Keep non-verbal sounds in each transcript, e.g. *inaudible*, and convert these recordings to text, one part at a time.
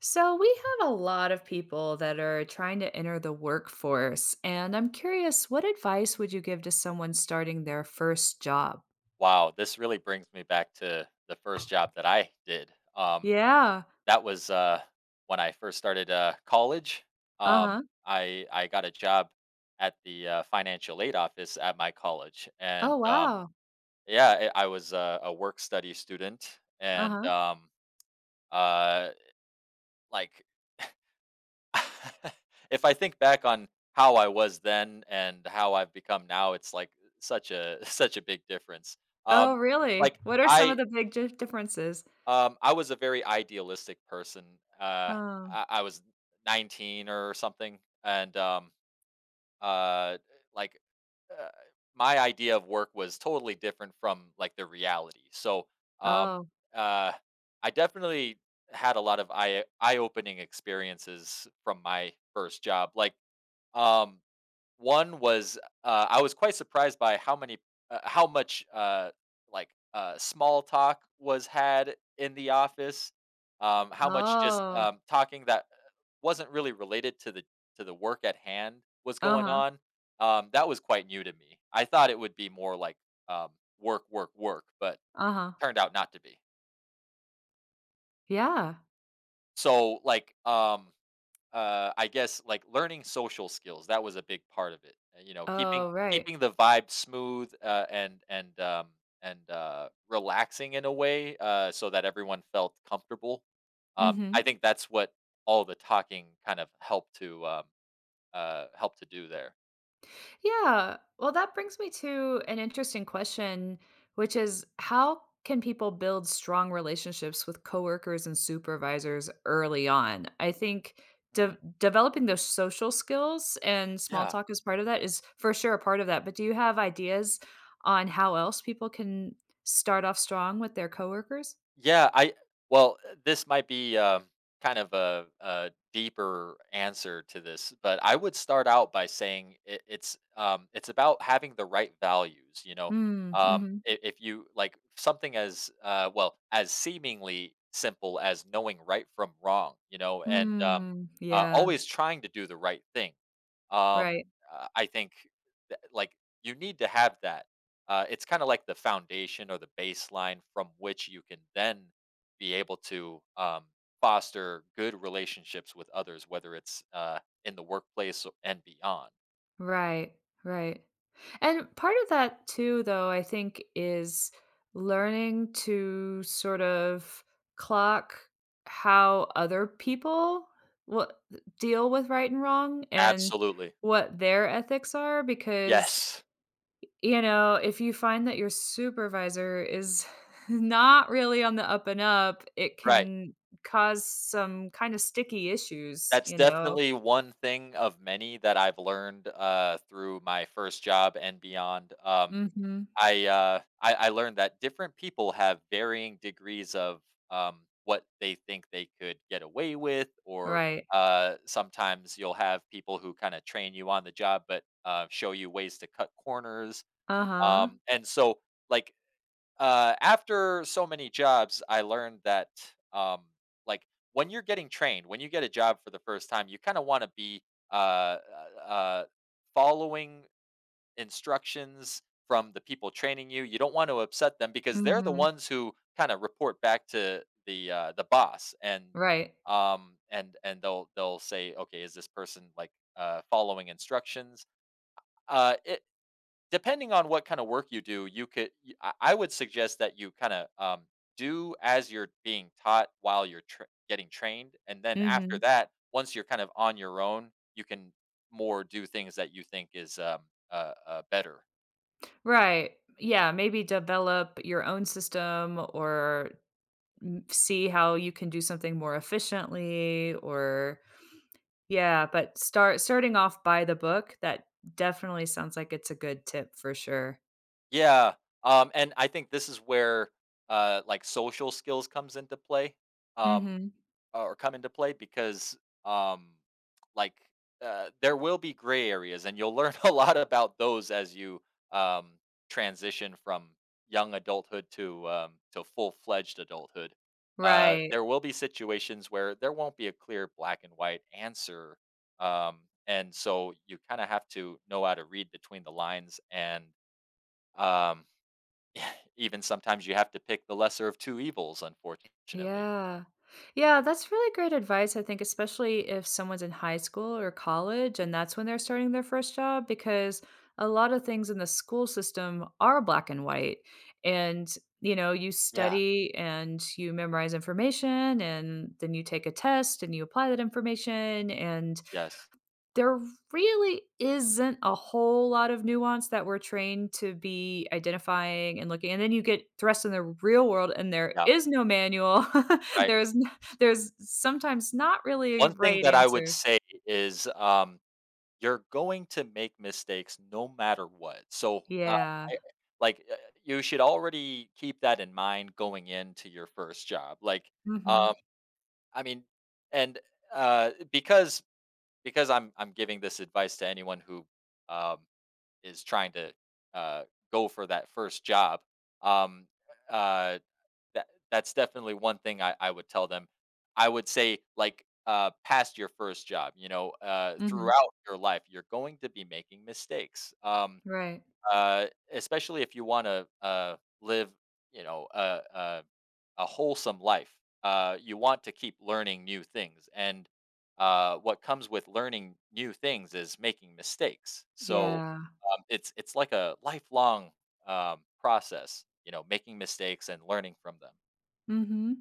So, we have a lot of people that are trying to enter the workforce, and I'm curious, what advice would you give to someone starting their first job? Wow, this really brings me back to the first job that I did. Yeah. That was when I first started college. Um, Uh-huh. I got a job at the financial aid office at my college, and Oh, wow. yeah, I was a work study student, and Uh-huh. Uh, like *laughs* if I think back on how I was then and how I've become now, it's like such a *laughs* such a big difference. Oh, Um, really? like What are some of I the big di differences? I was a very idealistic person. Uh, Oh. I was 19 or something, and uh, like uh, my idea of work was totally different from like the reality. So um, Oh. uh, I definitely had a lot of eye opening experiences from my first job. Like um, one was, I was quite surprised by how much, like, small talk was had in the office, how much just, Oh. Talking that wasn't really related to the work at hand was going Uh-huh. on. That was quite new to me. I thought it would be more like, um, work, work, work, but Uh-huh. turned out not to be. Yeah. So, like, I guess, like, learning social skills, that was a big part of it, and, you know, keeping Oh, right. keeping the vibe smooth, and relaxing in a way, so that everyone felt comfortable. I Mhm. think that's what all the talking kind of helped to do there. Yeah. Well, that brings me to an interesting question, which is how can people build strong relationships with coworkers and supervisors early on? I think Mm, developing those social skills and small yeah. talk is part of that is for sure a part of that. But do you have ideas on how else people can start off strong with their coworkers? Yeah, I well, this might be kind of a deeper answer to this, but I would start out by saying it's about having the right values. You know, Mm, mm-hmm. if you like something as well as seemingly simple as knowing right from wrong, you know, and Mm, yeah, always trying to do the right thing. Um, right. I think that, like you need to have that it's kind of like the foundation or the baseline from which you can then be able to foster good relationships with others, whether it's in the workplace and beyond. Right, right. And part of that too, though, I think is learning to sort of clock how other people what deal with right and wrong and Absolutely. what their ethics are because Yes. you know, if you find that your supervisor is *laughs* Mm. not really on the up and up, it Right. can cause some kind of sticky issues, That's you know? definitely one thing of many that I've learned through my first job and beyond. Um, Mhm. I, uh, I I learned that different people have varying degrees of what they think they could get away with, or Right. Sometimes you'll have people who kind of train you on the job, but show you ways to cut corners. Uh-huh. And so, like after so many jobs, I learned that um, like when you're getting trained, when you get a job for the first time, you kind of want to be uh, uh, uh, following instructions from the people training you. You don't want to upset them because they're the Mhm. ones who kind of report back to the boss, and Right. and they'll say, okay, is this person like following instructions? Uh, it, Depending on what kind of work you do, you could. I would suggest that you kind of do as you're being taught while you're getting trained, and then after Mhm. that, once you're kind of on your own, you can more do things that you think is better. Right. Yeah, maybe develop your own system or see how you can do something more efficiently or yeah, but starting off by the book, that definitely sounds like it's a good tip for sure. Yeah, and I think this is where, like, social skills comes into play, um, Mhm. or come into play because, um, like, there will be gray areas, and you'll learn *laughs* a lot about those as you, um, transition from young adulthood to full-fledged adulthood. Right. There will be situations where there won't be a clear black and white answer, and so you kinda have to know how to read between the lines and, um even sometimes you have to pick the lesser of two evils, unfortunately. Yeah. Yeah, that's really great advice, I think, especially if someone's in high school or college and that's when they're starting their first job, because a lot of things in the school system are black and white. And, you know, you Yeah. study and you memorize information and then you take a test and you apply that information. And Yes. there really isn't a whole lot of nuance that we're trained to be identifying and looking, and then you get thrust in the real world and there Yeah, is no manual. *laughs* right. There's n there's sometimes not really a One thing right that I would answer. say is, you're going to make mistakes no matter what. So, Yeah. I like, you should already keep that in mind going into your first job. Like, Mhm. um, I mean and, uh, because because I'm giving this advice to anyone who, um, is trying to, uh, go for that first job. um, uh that's definitely one thing I would tell them. I would say, like, past your first job, you know, Mhm. throughout your life, you're going to be making mistakes, Right. uh, especially if you wanna, live, you know, a wholesome life. You want to keep learning new things, and, what comes with learning new things is making mistakes. So, Yeah. It's like a lifelong, process, you know, making mistakes and learning from them. Mhm.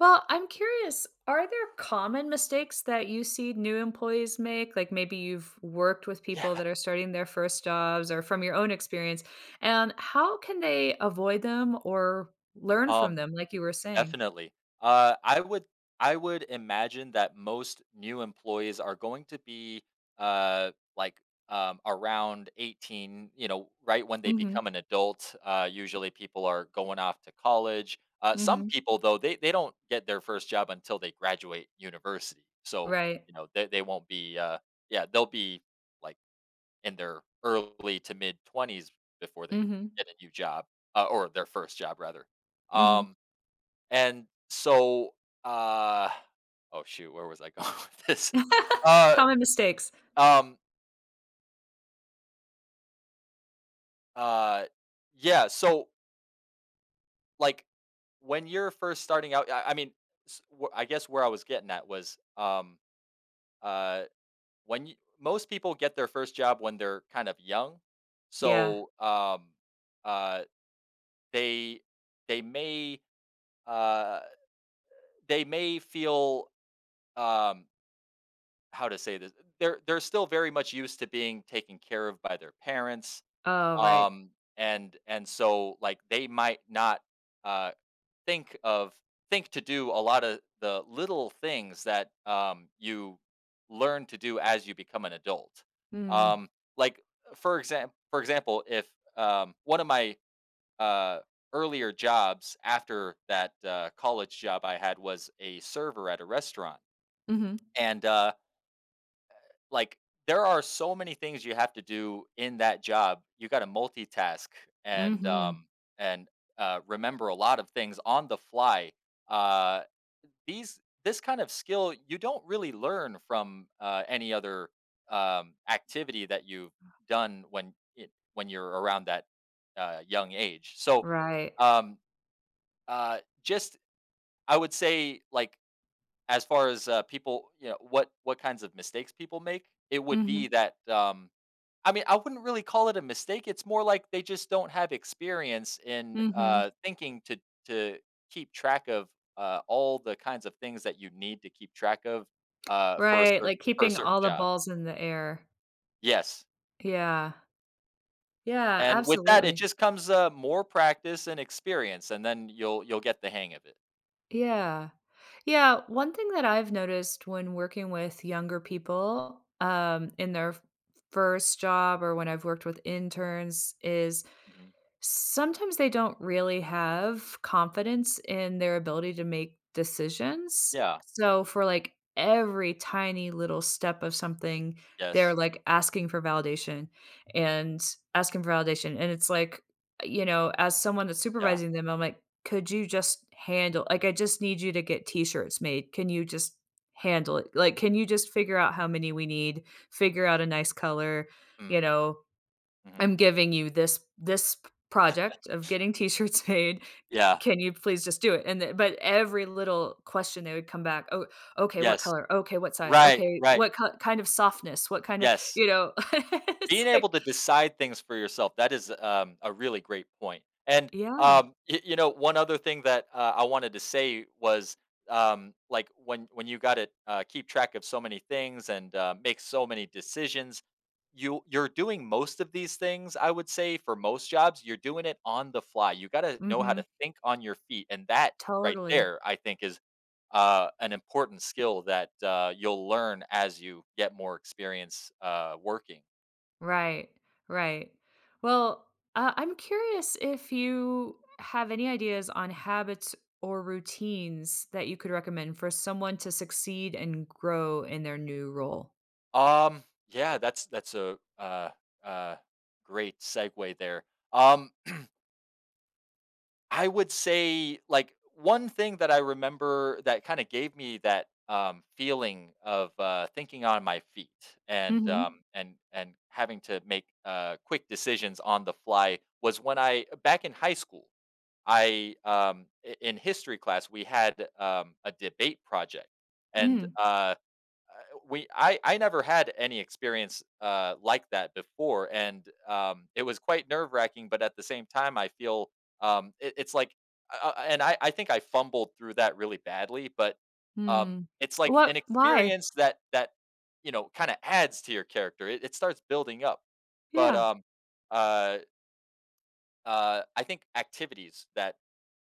Well, I'm curious, are there common mistakes that you see new employees make? Like, maybe you've worked with people Yeah. that are starting their first jobs or from your own experience, and how can they avoid them or learn from Um, them, like you were saying? Definitely. Uh, I would I would imagine that most new employees are going to be uh like around 18, you know, right when they Mhm, become an adult. Usually people are going off to college. Some mhm. people though, they don't get their first job until they graduate university. So, Right. you know, they won't be yeah, they'll be like in their early to mid 20s before they Mhm, get a new job, or their first job rather. mhm. Um, and so, uh, oh shoot, where was I going *laughs* with this? *laughs* Uh, Common mistakes. um, uh, yeah. So like when you're first starting out, I mean, I guess where I was getting at was, uh, when you, most people get their first job when they're kind of young. Yeah. So, uh, they, they may uh, they may feel um, how to say this. They're still very much used to being taken care of by their parents, Oh, right. um, and so like they might not uh, think of think to do a lot of the little things that you learn to do as you become an adult. Mm, Um, like for example, if one of my uh, earlier jobs after that college job I had was a server at a restaurant, mhm, and like there are so many things you have to do in that job. You got to multitask and mhm. um, and remember a lot of things on the fly. Uh, these This kind of skill you don't really learn from any other activity that you've done when you're around that young age. So Right. um, just I would say, like, as far as, people you know, what kinds of mistakes people make, it would Mhm, be that, I mean, I wouldn't really call it a mistake, it's more like they just don't have experience in, mhm. Thinking to keep track of, all the kinds of things that you need to keep track of, uh, for a Right, cer like for a keeping certain all the job. balls in the air. Yes, Yeah. Yeah, and with that, it absolutely. just comes, more practice and experience, and then you'll get the hang of it. Yeah. Yeah, one thing that I've noticed when working with younger people, in their f first job or when I've worked with interns is, Mhm. sometimes they don't really have confidence in their ability to make decisions. Yeah. So for, like, every tiny little step of something, they're, Yes. like, asking for validation and asking for validation, and it's like, you know, as someone that's Yeah. supervising them, I'm like, "Could you just handle, like, I just need you to get T-shirts made. Can you just handle it? Like, can you just figure out how many we need, figure out a nice color, you Mm. know, Mhm. I'm giving you this project of getting t-shirts *laughs* made. Yeah. Can you please just do it?" And the but every little question, they would come back, "Oh, okay, what Yes. color? Okay, what size? Right, Okay, right. what ki kind of softness? What kind of" Yes. you know? *laughs* It's Being like, able to decide things for yourself, that is, a really great point. And, yeah. Y you know, one other thing that, I wanted to say was, like, when you gotta, keep track of so many things and, make so many decisions, you're doing most of these things, I would say, for most jobs, you're doing it on the fly. You gotta know how Mhm. to think on your feet, and that right Totally. there, I think, is an important skill that you'll learn as you get more experience working. Right. Right. Well, I'm curious if you have any ideas on habits or routines that you could recommend for someone to succeed and grow in their new role? Um, yeah, that's a uh, great segue there. Um, *clears throat* I would say like one thing that I remember that kind of gave me that feeling of thinking on my feet and um, Mhm. and and having to make quick decisions on the fly was when I back in high school. I in history class we had a debate project, and Mm, we I never had any experience like that before, and it was quite nerve wracking. But at the same time, I feel it's like, and I think I fumbled through that really badly, but mm. it's like What an why? experience that you know kind of adds to your character. It starts building up, but Yeah. Uh, I think activities that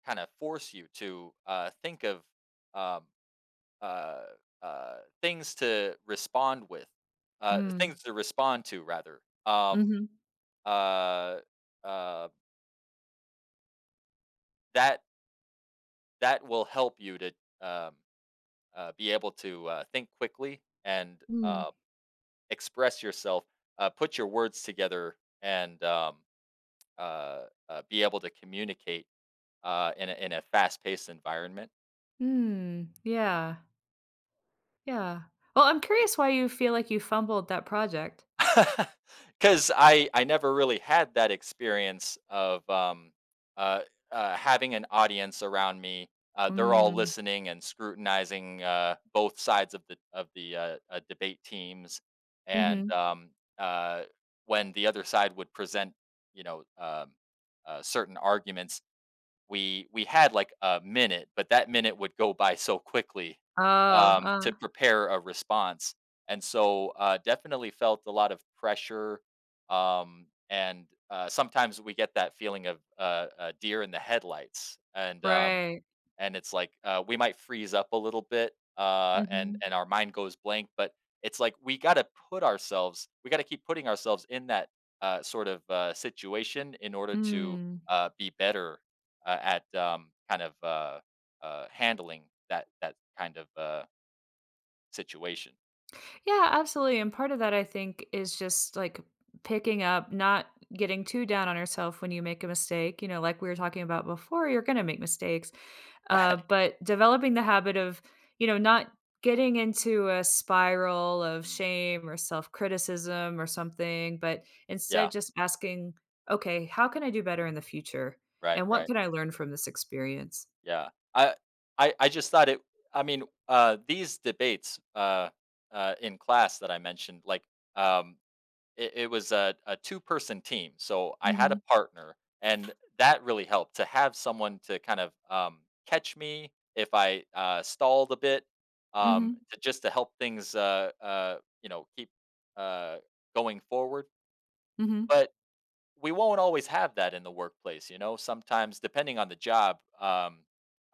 kind of force you to think of um, uh, uh, things to respond with, Mm, things to respond to rather. Um, mhm. uh, uh, that that will help you to um, be able to think quickly and Mm, express yourself, put your words together, and uh, be able to communicate in in a fast paced environment. mm, yeah, yeah. Well, I'm curious why you feel like you fumbled that project. *laughs* Because I never really had that experience of uh, having an audience around me. They're all Mm, listening and scrutinizing both sides of the debate teams, and mhm. Uh, when the other side would present, you know, certain arguments, we had, like, a minute, but that minute would go by so quickly, Oh, to prepare a response, and so, definitely felt a lot of pressure, and, sometimes we get that feeling of, a deer in the headlights, right. and it's like, we might freeze up a little bit, and Mhm, and our mind goes blank, but it's like we gotta keep putting ourselves in that, sort of, situation in order to, mm. Be better, at, kind of, handling that kind of, situation. Yeah, absolutely. And part of that, I think, is just like picking up, not getting too down on yourself when you make a mistake. You know, like we were talking about before, you're going to make mistakes. *laughs* Right? But developing the habit of, you know, not getting into a spiral of Mm. shame or self criticism or something, but instead Yeah, just asking, okay, how can I do better in the future? right, And what right, could I learn from this experience? yeah. I just thought it I mean, these debates, in class that I mentioned, like. Um It it was a a two-person team, so I had a Mhm, partner, and that really helped to have someone to kind of, catch me if I, stalled a bit, mhm, to just to help things, you know, keep, uh, going forward, mhm. but we won't always have that in the workplace, you know? Sometimes, depending on the job,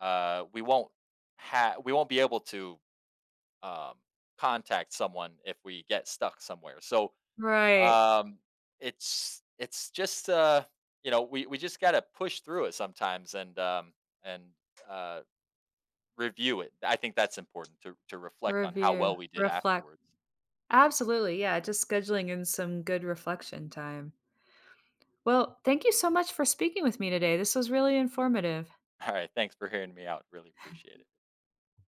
uh, we won't we won't be able to, um, contact someone if we get stuck somewhere, so Right. um, it's just you know, we just gotta push through it sometimes and and uh review it. I think that's important to reflect on how Review, well we did reflect. afterwards. Absolutely, yeah, just scheduling in some good reflection time. Well, thank you so much for speaking with me today. This was really informative. *laughs* All right, thanks for hearing me out. Really appreciate it.